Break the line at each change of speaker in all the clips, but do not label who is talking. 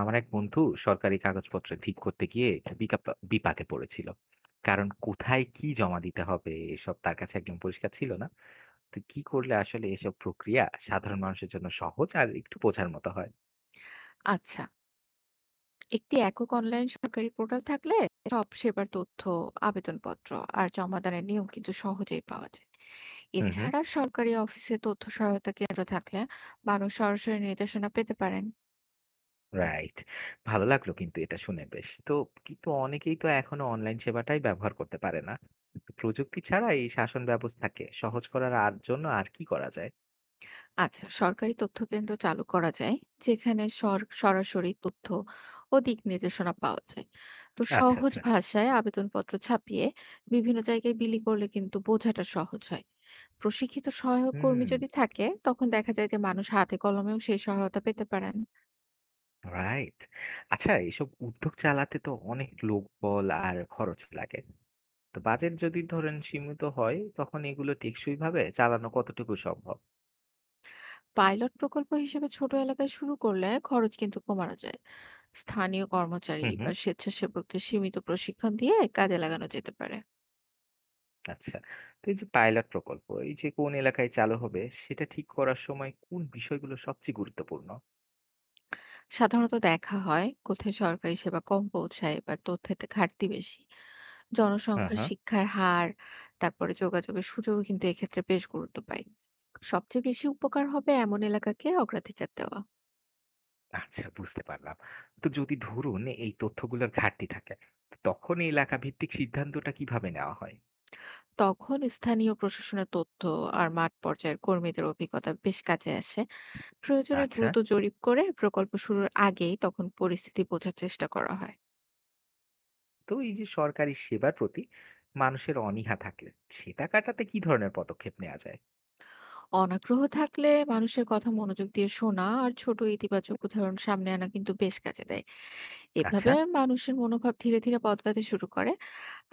আমার এক বন্ধু সরকারি কাগজপত্র ঠিক করতে গিয়ে বিপাকে পড়েছিল, কারণ কোথায় কি জমা দিতে হবে এসব তার কাছে একদম পরিষ্কার ছিল না। তো কি করলে আসলে এসব প্রক্রিয়া সাধারণ মানুষের জন্য সহজ আর একটু বোঝার মতো হয়?
আচ্ছা, একটি একক অনলাইন সরকারি পোর্টাল থাকলে সব সেবার তথ্য, আবেদনপত্র আর জমাদানের নিয়ম কিন্তু সহজেই পাওয়া যায়।
হুম হুম।
এছাড়া সরকারি অফিসে তথ্য সহায়তা কেন্দ্র থাকলে মানুষ সরাসরি নির্দেশনা পেতে পারেন।
রাইট। ভালো লাগলো কিন্তু এটা শুনে, বেশ তো। কিন্তু অনেকেই তো এখনো অনলাইন সেবাটাই ব্যবহার করতে পারে না। তো প্রযুক্তি ছাড়া এই শাসন ব্যবস্থাকে সহজ করার আর জন্য আর কি করা যায়?
আচ্ছা, সরকারি তথ্যকেন্দ্র চালু করা যায়, যেখানে সরাসরি তথ্য ও দিক নির্দেশনা পাওয়া যায়। তো
আচ্ছা
সহজ
আচ্ছা।
ভাষায় আবেদনপত্র ছাপিয়ে বিভিন্ন জায়গায় বিলি করলে কিন্তু বোঝাটা সহজ হয়। প্রশিক্ষিত সহায়ক
হুম।
কর্মী যদি থাকে, তখন দেখা যায় যে মানুষ হাতে কলমেও সেই সহায়তা পেতে পারেন।
রাইট। আচ্ছা, এসব উদ্যোগ চালাতে তো অনেক লোকবল আর খরচ লাগে। তো বাজেট যদি ধরেন সীমিত হয়, তখন এগুলো টেকসইভাবে চালানো কতটুকু সম্ভব?
পাইলট প্রকল্প হিসেবে ছোট এলাকায় শুরু করলে খরচ কিন্তু কমানো যায়। স্থানীয় কর্মচারী
হুম,
বা
হুম।
স্বেচ্ছাসেবকদের সীমিত প্রশিক্ষণ দিয়ে কাজে লাগানো যেতে পারে।
আচ্ছা। তো এই যে পাইলট প্রকল্প, এই যে কোন এলাকায় চালু হবে সেটা ঠিক করার সময় কোন বিষয়গুলো সবচেয়ে গুরুত্বপূর্ণ?
সাধারণত দেখা হয় কোথায় সরকারি সেবা কম পৌঁছায় বা তথ্যের ঘাটতি বেশি,
হ্যাঁ,
জনসংখ্যার
হ্যাঁ।
শিক্ষার হার, তারপরে যোগাযোগের সুযোগও কিন্তু এক্ষেত্রে বেশ গুরুত্ব পায়। সবচেয়ে বেশি উপকার হবে এমন এলাকাকে অগ্রাধিকার দেওয়া।
আচ্ছা, বুঝতে পারলাম। তো যদি ধরুন এই তথ্যগুলোর ঘাটতি থাকে, তখন এই এলাকা ভিত্তিক সিদ্ধান্তটা কিভাবে নেওয়া হয়?
তখন স্থানীয় প্রশাসনের তথ্য আর মাঠ পর্যায়ের কর্মীদের অভিজ্ঞতা বেশ কাজে আসে। প্রয়োজনে
আচ্ছা।
দ্রুত জরিপ করে প্রকল্প শুরুর আগেই তখন পরিস্থিতি বোঝার চেষ্টা করা হয়।
তো এই যে সরকারি সেবার প্রতি মানুষের অনীহা থাকলে, সেটা কাটাতে কি ধরনের পদক্ষেপ নেওয়া যায়?
অনাগ্রহ থাকলে মানুষের কথা মনোযোগ দিয়ে শোনা আর ছোট ইতিবাচক উদাহরণ সামনে আনা কিন্তু বেশ কাজে দেয়।
আচ্ছা।
এভাবে মানুষের মনোভাব ধীরে ধীরে বদলাতে শুরু করে।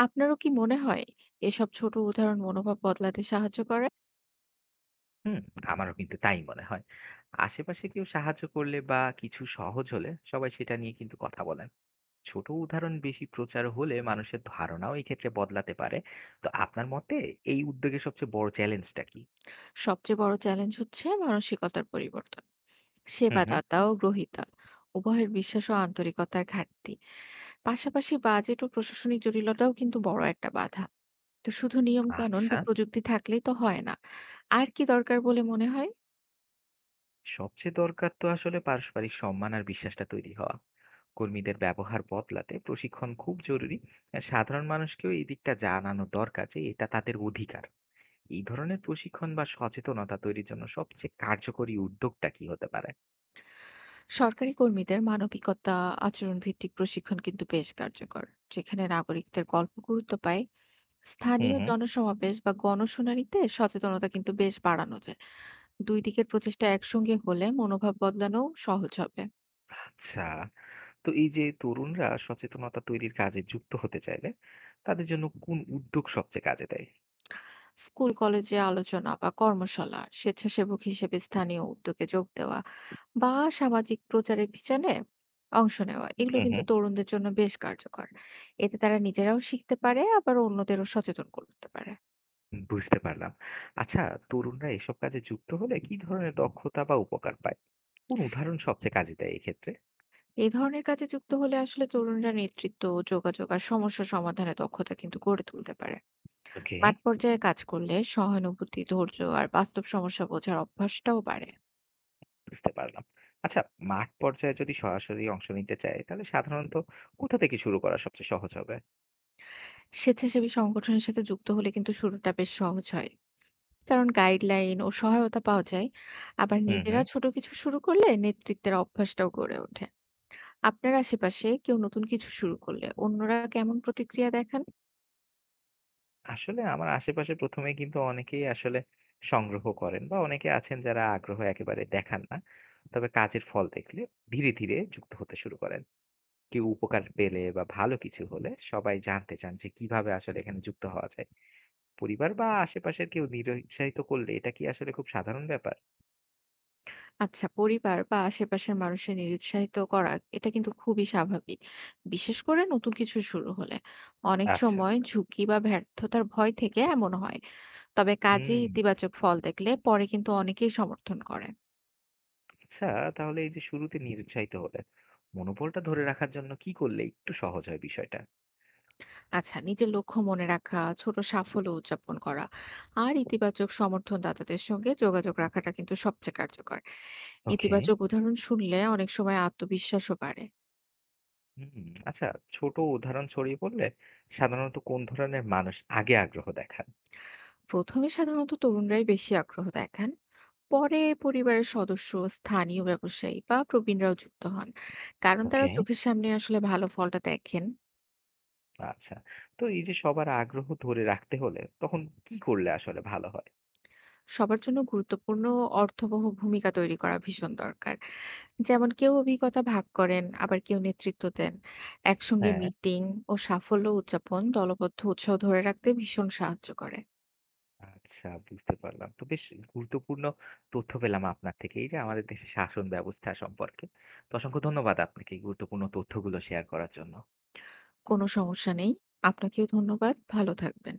আপনারও কি মনে হয় এসব ছোট উদাহরণ মনোভাব বদলাতে সাহায্য করে?
হুম। আমারও কিন্তু তাই মনে হয়। আশেপাশে কেউ সাহায্য করলে বা কিছু সহজ হলে সবাই সেটা নিয়ে কিন্তু কথা বলেন। ছোট উদাহরণ বেশি প্রচার হলে মানুষের ধারণাও এই ক্ষেত্রে বদলাতে পারে। তো আপনার মতে এই উদ্যোগে সবচেয়ে বড় চ্যালেঞ্জটা কি?
সবচেয়ে বড় চ্যালেঞ্জ হচ্ছে মানসিকতার পরিবর্তন,
হুম হুম।
সেবাদাতা ও গ্রহীতা উভয়ের বিশ্বাস ও আন্তরিকতার ঘাটতি। পাশাপাশি বাজেট ও প্রশাসনিক জটিলতাও কিন্তু বড় একটা বাধা। তো শুধু নিয়ম কানুন
আচ্ছা।
বা প্রযুক্তি থাকলেই তো হয় না। আর কি দরকার বলে মনে হয়?
সবচেয়ে দরকার তো আসলে পারস্পরিক সম্মান আর বিশ্বাসটা তৈরি হওয়া। কর্মীদের ব্যবহার বদলাতে প্রশিক্ষণ খুব জরুরি। আর সাধারণ মানুষকেও এই দিকটা জানানো দরকার যে এটা তাদের অধিকার। এই ধরনের প্রশিক্ষণ বা সচেতনতা তৈরির জন্য সবচেয়ে কার্যকরী উদ্যোগটা কি হতে পারে?
সরকারি কর্মীদের মানবিকতা, আচরণ ভিত্তিক প্রশিক্ষণ কিন্তু বেশ কার্যকর, যেখানে নাগরিকদের গল্প গুরুত্ব পায়।
হুম
স্থানীয়
হুম।
জনসমাবেশ বা গণশুনানিতে সচেতনতা কিন্তু বেশ বাড়ানো যায়। দুই দিকের প্রচেষ্টা একসঙ্গে হলে মনোভাব বদলানো সহজ হবে।
আচ্ছা। তো এই যে তরুণরা সচেতনতা তৈরির কাজে যুক্ত হতে চাইলে, তাদের জন্য কোন উদ্যোগ সবচেয়ে কাজে দেয়?
স্কুল কলেজে আলোচনা বা কর্মশালা, স্বেচ্ছাসেবক হিসেবে স্থানীয় উদ্যোগে যোগ দেওয়া, বা সামাজিক প্রচারের পিছনে অংশ নেওয়া এগুলো
হুম
কিন্তু
হুম।
তরুণদের জন্য বেশ কার্যকর। এতে তারা নিজেরাও শিখতে পারে, আবার অন্যদেরও সচেতন করতে পারে।
বুঝতে পারলাম। আচ্ছা, তরুণরা এসব কাজে যুক্ত হলে কি ধরনের দক্ষতা বা উপকার পায়? কোন উদাহরণ সবচেয়ে কাজে দেয় এক্ষেত্রে?
এই ধরনের কাজে যুক্ত হলে আসলে তরুণরা নেতৃত্ব, যোগাযোগ আর সমস্যা সমাধানে দক্ষতা কিন্তু গড়ে তুলতে পারে।
ওকে।
মাঠ পর্যায়ে কাজ করলে সহানুভূতি, ধৈর্য আর বাস্তব সমস্যা বোঝার অভ্যাসটাও বাড়ে।
বুঝতে পারলাম। আচ্ছা, মাঠ পর্যায়ে যদি সরাসরি অংশ নিতে চায়, তাহলে সাধারণত কোথা থেকে শুরু করা সবচেয়ে সহজ হবে?
স্বেচ্ছাসেবী সংগঠনের সাথে যুক্ত হলে কিন্তু শুরুটা বেশ সহজ হয়। কারণ গাইডলাইন ও সহায়তা পাওয়া যায়। আবার
হুম, হুম।
নিজেরা ছোট কিছু শুরু করলে নেতৃত্বের অভ্যাসটাও গড়ে ওঠে। আপনার আশেপাশে কেউ নতুন কিছু শুরু করলে অন্যরা কেমন প্রতিক্রিয়া দেখান?
আসলে আমার আশেপাশে ১ম এ কিন্তু অনেকেই আসলে সংগ্রহ করেন, বা অনেকে আছেন যারা আগ্রহ একেবারে দেখান না। তবে কাজের ফল দেখলে ধীরে, ধীরে যুক্ত হতে শুরু করেন। কেউ উপকার পেলে বা ভালো কিছু হলে সবাই জানতে চান যে কিভাবে আসলে এখানে যুক্ত হওয়া যায়। পরিবার বা আশেপাশের কেউ নিরুৎসাহিত করলে এটা কি আসলে খুব সাধারণ ব্যাপার?
আচ্ছা, পরিবার বা আশেপাশের মানুষের নিরুৎসাহিত করা এটা কিন্তু খুবই স্বাভাবিক, বিশেষ করে নতুন কিছু শুরু হলে। অনেক
আচ্ছা,
সময়
আচ্ছা।
ঝুঁকি বা ব্যর্থতার ভয় থেকে এমন হয়। তবে কাজে
হুম।
ইতিবাচক ফল দেখলে পরে কিন্তু অনেকেই সমর্থন করেন।
আচ্ছা, তাহলে এই যে শুরুতে নিরুৎসাহিত হলে মনোবলটা ধরে রাখার জন্য কি করলে একটু সহজ হয় বিষয়টা?
আচ্ছা, নিজের লক্ষ্য মনে রাখা, ছোট সাফল্য উদযাপন করা আর ইতিবাচক সমর্থন দাতাদের সঙ্গে যোগাযোগ রাখাটা কিন্তু সবচেয়ে কার্যকর।
ওকে।
ইতিবাচক উদাহরণ শুনলে অনেক সময় আত্মবিশ্বাসও বাড়ে।
হুম। আচ্ছা, ছোট উদাহরণ ছড়িয়ে পড়লে সাধারণত কোন ধরনের মানুষ আগে আগ্রহ দেখান?
প্রথমে সাধারণত তরুণরাই বেশি আগ্রহ দেখান। পরে পরিবারের সদস্য, স্থানীয় ব্যবসায়ী বা প্রবীণরাও যুক্ত হন, কারণ তারা
ওকে।
চোখের সামনে আসলে ভালো ফলটা দেখেন।
আচ্ছা, তো এই যে সবার আগ্রহ ধরে রাখতে হলে, তখন কি করলে আসলে ভালো হয়?
সবার জন্য গুরুত্বপূর্ণ ও অর্থবহ ভূমিকা তৈরি করা ভীষণ দরকার। যেমন কেউ অভিজ্ঞতা ভাগ করেন, আবার কেউ নেতৃত্ব দেন। একসঙ্গে
হ্যাঁ।
মিটিং ও সাফল্য উদযাপন দলবদ্ধ উৎসাহ ধরে রাখতে ভীষণ সাহায্য করে।
আচ্ছা, বুঝতে পারলাম, তো বেশ গুরুত্বপূর্ণ তথ্য পেলাম আপনার থেকে এই যে আমাদের দেশের শাসন ব্যবস্থা সম্পর্কে। তো অসংখ্য ধন্যবাদ আপনাকে এই গুরুত্বপূর্ণ তথ্যগুলো শেয়ার করার জন্য।
কোনো সমস্যা নেই। আপনাকেও ধন্যবাদ, ভালো থাকবেন।